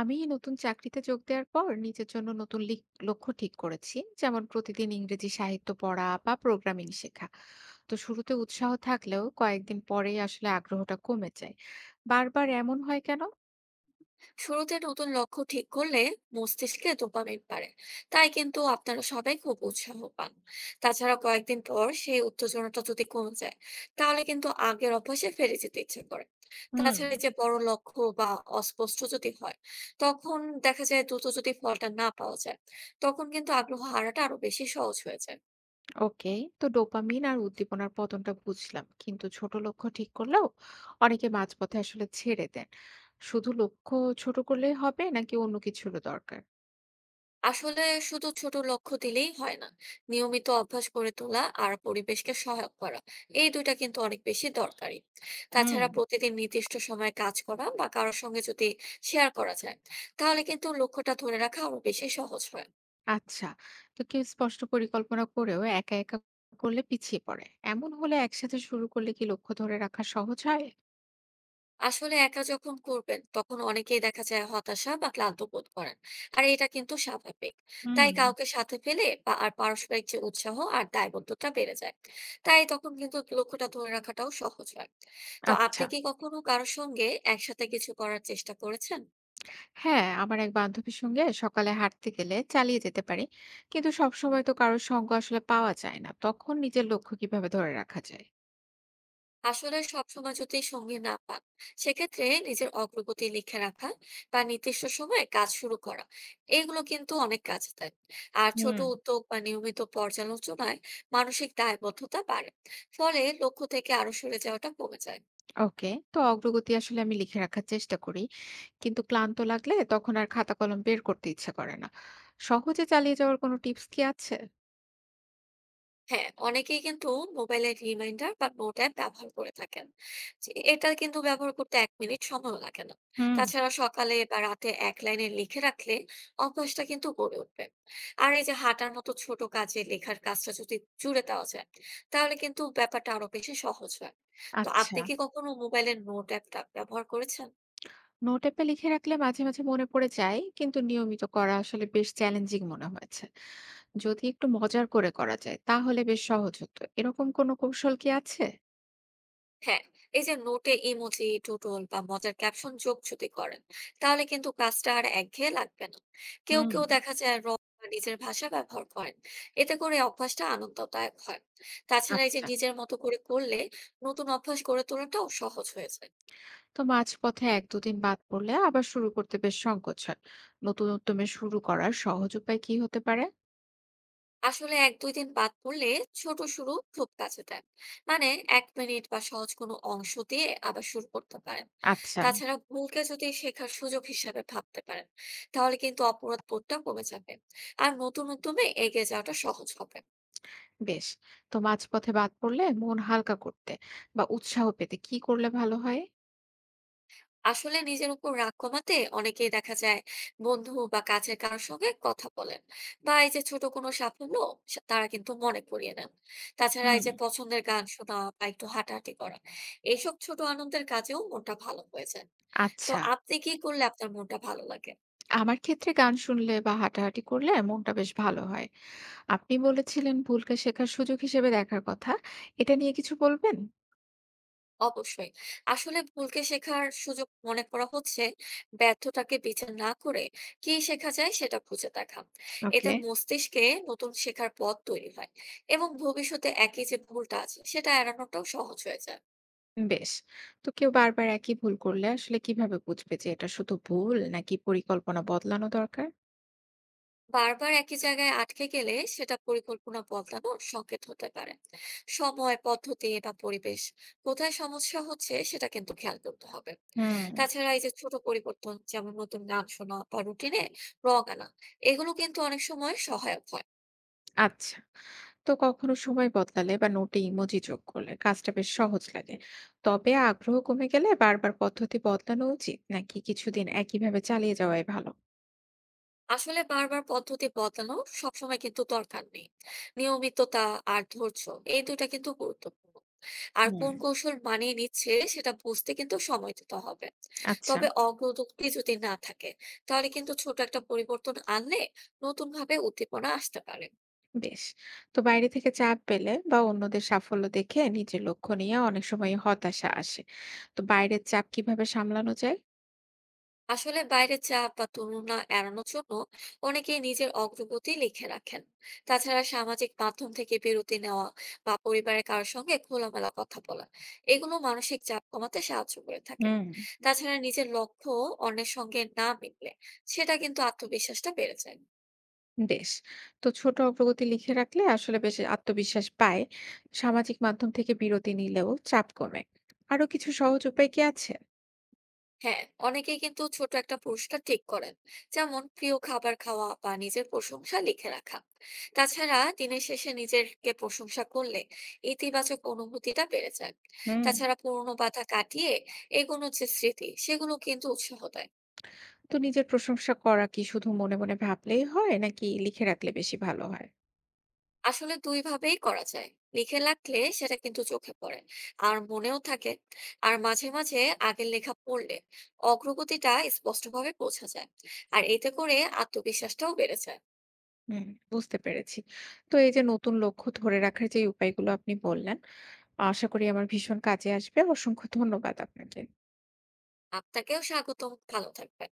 আমি নতুন চাকরিতে যোগ দেওয়ার পর নিজের জন্য নতুন লক্ষ্য ঠিক করেছি, যেমন প্রতিদিন ইংরেজি সাহিত্য পড়া বা প্রোগ্রামিং শেখা। তো শুরুতে উৎসাহ থাকলেও কয়েকদিন পরেই আসলে আগ্রহটা কমে যায়। বারবার এমন হয় কেন? শুরুতে নতুন লক্ষ্য ঠিক করলে মস্তিষ্কে ডোপামিন বাড়ে। তাই কিন্তু আপনারা সবাই খুব উৎসাহ পান। তাছাড়া কয়েকদিন পর সেই উত্তেজনাটা যদি কমে যায়, তাহলে কিন্তু আগের অভ্যাসে ফিরে যেতে ইচ্ছে করে। হুম। তাছাড়া এই যে বড় লক্ষ্য বা অস্পষ্ট যদি হয়, তখন দেখা যায় দ্রুত যদি ফলটা না পাওয়া যায়, তখন কিন্তু আগ্রহ হারাটা আরো বেশি সহজ হয়ে যায়। ওকে, তো ডোপামিন আর উদ্দীপনার পতনটা বুঝলাম, কিন্তু ছোট লক্ষ্য ঠিক করলেও অনেকে মাঝপথে আসলে ছেড়ে দেন। শুধু লক্ষ্য ছোট করলেই হবে নাকি অন্য কিছুরও দরকার? আসলে শুধু ছোট লক্ষ্য দিলেই হয় না। নিয়মিত অভ্যাস গড়ে তোলা আর পরিবেশকে সহায়ক করা, এই দুইটা কিন্তু অনেক বেশি দরকারি। হুম। তাছাড়া প্রতিদিন নির্দিষ্ট সময়ে কাজ করা বা কারোর সঙ্গে যদি শেয়ার করা যায়, তাহলে কিন্তু লক্ষ্যটা ধরে রাখা আরো বেশি সহজ হয়। আচ্ছা। তো কেউ স্পষ্ট পরিকল্পনা করেও একা, একা করলে পিছিয়ে পড়ে। এমন হলে একসাথে শুরু করলে কি লক্ষ্য ধরে রাখা সহজ হয়? আসলে একা যখন করবেন তখন অনেকেই দেখা যায় হতাশা বা ক্লান্ত বোধ করেন, আর এটা কিন্তু স্বাভাবিক। তাই হুম। কাউকে সাথে পেলে বা আর পারস্পরিক যে উৎসাহ আর দায়বদ্ধতা বেড়ে যায়, তাই তখন কিন্তু লক্ষ্যটা ধরে রাখাটাও সহজ হয়। তো আপনি আচ্ছা। কি কখনো কারোর সঙ্গে একসাথে কিছু করার চেষ্টা করেছেন? হ্যাঁ, আমার এক বান্ধবীর সঙ্গে সকালে হাঁটতে গেলে চালিয়ে যেতে পারি। কিন্তু সবসময় তো কারোর সঙ্গ আসলে পাওয়া যায় না। তখন নিজের লক্ষ্য কিভাবে ধরে রাখা যায়? আসলে সবসময় যদি সঙ্গী না পান, সেক্ষেত্রে নিজের অগ্রগতি লিখে রাখা বা নির্দিষ্ট সময়ে কাজ শুরু করা, এগুলো কিন্তু অনেক কাজে দেয়। আর ছোট হুম। উদ্যোগ বা নিয়মিত পর্যালোচনায় মানসিক দায়বদ্ধতা বাড়ে, ফলে লক্ষ্য থেকে আরো সরে যাওয়াটা কমে যায়। ওকে। তো অগ্রগতি আসলে আমি লিখে রাখার চেষ্টা করি। কিন্তু ক্লান্ত লাগলে তখন আর খাতা কলম বের করতে ইচ্ছে করে না। সহজে চালিয়ে যাওয়ার কোনো টিপস কি আছে? হ্যাঁ, অনেকেই কিন্তু মোবাইলের রিমাইন্ডার বা নোট অ্যাপ ব্যবহার করে থাকেন। যে এটা কিন্তু ব্যবহার করতে 1 মিনিট সময় লাগে না। হুম। তাছাড়া সকালে বা রাতে এক লাইনে লিখে রাখলে অভ্যাসটা কিন্তু গড়ে উঠবে। আর এই যে হাঁটার মতো ছোট কাজে লেখার কাজটা যদি জুড়ে দেওয়া যায়, তাহলে কিন্তু ব্যাপারটা আরো বেশি সহজ হয়। তো আপনি আচ্ছা। কি কখনো মোবাইলের নোট অ্যাপটা ব্যবহার করেছেন? নোট অ্যাপে লিখে রাখলে মাঝে মাঝে মনে পড়ে যায়, কিন্তু নিয়মিত করা আসলে বেশ চ্যালেঞ্জিং মনে হয়েছে। যদি একটু মজার করে করা যায় তাহলে বেশ সহজ হতো। এরকম কোনো কৌশল কি আছে? হ্যাঁ, এই যে নোটে ইমোজি, ডুডল বা মজার ক্যাপশন যোগ যদি করেন, তাহলে কিন্তু কাজটা আর একঘেয়ে লাগবে না। কেউ হুম। কেউ দেখা যায় রং বা নিজের ভাষা ব্যবহার করেন, এতে করে অভ্যাসটা আনন্দদায়ক হয়। তাছাড়া এই যে আচ্ছা। নিজের মতো করে করলে নতুন অভ্যাস গড়ে তোলাটাও সহজ হয়েছে। তো মাঝপথে এক দুদিন বাদ পড়লে আবার শুরু করতে বেশ সংকোচ হয়। নতুন উদ্যমে শুরু করার সহজ উপায় কি হতে পারে? আসলে এক দুই দিন বাদ পড়লে ছোট শুরু খুব কাজে দেয়। মানে 1 মিনিট বা সহজ কোনো অংশ দিয়ে আবার শুরু করতে পারেন। আচ্ছা। তাছাড়া ভুলকে যদি শেখার সুযোগ হিসাবে ভাবতে পারেন, তাহলে কিন্তু অপরাধ বোধটা কমে যাবে, আর নতুন উদ্যমে এগিয়ে যাওয়াটা সহজ হবে। বেশ। তো মাঝপথে বাদ পড়লে মন হালকা করতে বা উৎসাহ পেতে কি করলে ভালো হয়? আসলে নিজের উপর রাগ কমাতে অনেকেই দেখা যায় বন্ধু বা কাছের কারোর সঙ্গে কথা বলেন, বা এই যে ছোট কোনো সাফল্য, তারা কিন্তু মনে করিয়ে নেন। তাছাড়া হুম। এই যে পছন্দের গান শোনা বা একটু হাঁটাহাঁটি করা, এইসব ছোট আনন্দের কাজেও মনটা ভালো হয়ে যায়। তো আচ্ছা। আপনি কি করলে আপনার মনটা ভালো লাগে? আমার ক্ষেত্রে গান শুনলে বা হাঁটাহাঁটি করলে মনটা বেশ ভালো হয়। আপনি বলেছিলেন ভুলকে শেখার সুযোগ হিসেবে দেখার কথা। এটা নিয়ে কিছু বলবেন? অবশ্যই। আসলে ভুলকে শেখার সুযোগ মনে করা হচ্ছে ব্যর্থতাকে বিচার না করে কি শেখা যায় সেটা খুঁজে দেখা। এতে ওকে। মস্তিষ্কে নতুন শেখার পথ তৈরি হয়, এবং ভবিষ্যতে একই যে ভুলটা আছে সেটা এড়ানোটাও সহজ হয়ে যায়। বেশ। তো কেউ বারবার একই ভুল করলে আসলে কিভাবে বুঝবে যে এটা শুধু ভুল নাকি পরিকল্পনা বদলানো দরকার? বারবার একই জায়গায় আটকে গেলে সেটা পরিকল্পনা বদলানো সংকেত হতে পারে। সময়, পদ্ধতি বা পরিবেশ, কোথায় সমস্যা হচ্ছে সেটা কিন্তু খেয়াল করতে হবে। হুম, তাছাড়া এই যে ছোট পরিবর্তন, যেমন নতুন গান শোনা বা রুটিনে রং আনা, এগুলো কিন্তু অনেক সময় সহায়ক হয়। আচ্ছা। তো কখনো সময় বদলালে বা নোটে ইমোজি যোগ করলে কাজটা বেশ সহজ লাগে। তবে আগ্রহ কমে গেলে বারবার পদ্ধতি বদলানো উচিত নাকি কিছুদিন একইভাবে চালিয়ে যাওয়াই ভালো? আসলে বারবার পদ্ধতি বদলানো সবসময় কিন্তু দরকার নেই। নিয়মিততা আর ধৈর্য, এই দুটা কিন্তু গুরুত্বপূর্ণ। আর হুম, কোন কৌশল মানিয়ে নিচ্ছে সেটা বুঝতে কিন্তু সময় দিতে হবে। আচ্ছা। তবে অগ্রগতি যদি না থাকে, তাহলে কিন্তু ছোট একটা পরিবর্তন আনলে নতুন ভাবে উদ্দীপনা আসতে পারে। বেশ। তো বাইরে থেকে চাপ পেলে বা অন্যদের সাফল্য দেখে নিজের লক্ষ্য নিয়ে অনেক সময় হতাশা আসে। তো বাইরের চাপ কিভাবে সামলানো যায়? আসলে বাইরের চাপ বা তুলনা এড়ানোর জন্য অনেকেই নিজের অগ্রগতি লিখে রাখেন। তাছাড়া সামাজিক মাধ্যম থেকে বিরতি নেওয়া বা পরিবারের কারোর সঙ্গে খোলামেলা কথা বলা, এগুলো মানসিক চাপ কমাতে সাহায্য করে থাকে। হুম। তাছাড়া নিজের লক্ষ্য অন্যের সঙ্গে না মিললে, সেটা কিন্তু আত্মবিশ্বাসটা বেড়ে যায়। বেশ। তো ছোট অগ্রগতি লিখে রাখলে আসলে বেশ আত্মবিশ্বাস পায়। সামাজিক মাধ্যম থেকে বিরতি নিলেও চাপ কমে। আরো কিছু সহজ উপায় কি আছে? হ্যাঁ, অনেকেই কিন্তু ছোট একটা পুরস্কার ঠিক করেন, যেমন প্রিয় খাবার খাওয়া বা নিজের প্রশংসা লিখে রাখা। তাছাড়া দিনের শেষে নিজেকে প্রশংসা করলে ইতিবাচক অনুভূতিটা বেড়ে যায়। হুম। তাছাড়া পুরনো বাধা কাটিয়ে এগোনোর যে স্মৃতি, সেগুলো কিন্তু উৎসাহ দেয়। তো নিজের প্রশংসা করা কি শুধু মনে মনে ভাবলেই হয় নাকি লিখে রাখলে বেশি ভালো হয়? আসলে দুই ভাবেই করা যায়। লিখে রাখলে সেটা কিন্তু চোখে পড়ে আর মনেও থাকে। আর মাঝে মাঝে আগের লেখা পড়লে অগ্রগতিটা স্পষ্টভাবে বোঝা যায়, আর এতে করে আত্মবিশ্বাসটাও বেড়ে যায়। হুম, বুঝতে পেরেছি। তো এই যে নতুন লক্ষ্য ধরে রাখার যে উপায়গুলো আপনি বললেন, আশা করি আমার ভীষণ কাজে আসবে। অসংখ্য ধন্যবাদ আপনাকে। আপনাকেও স্বাগতম। ভালো থাকবেন।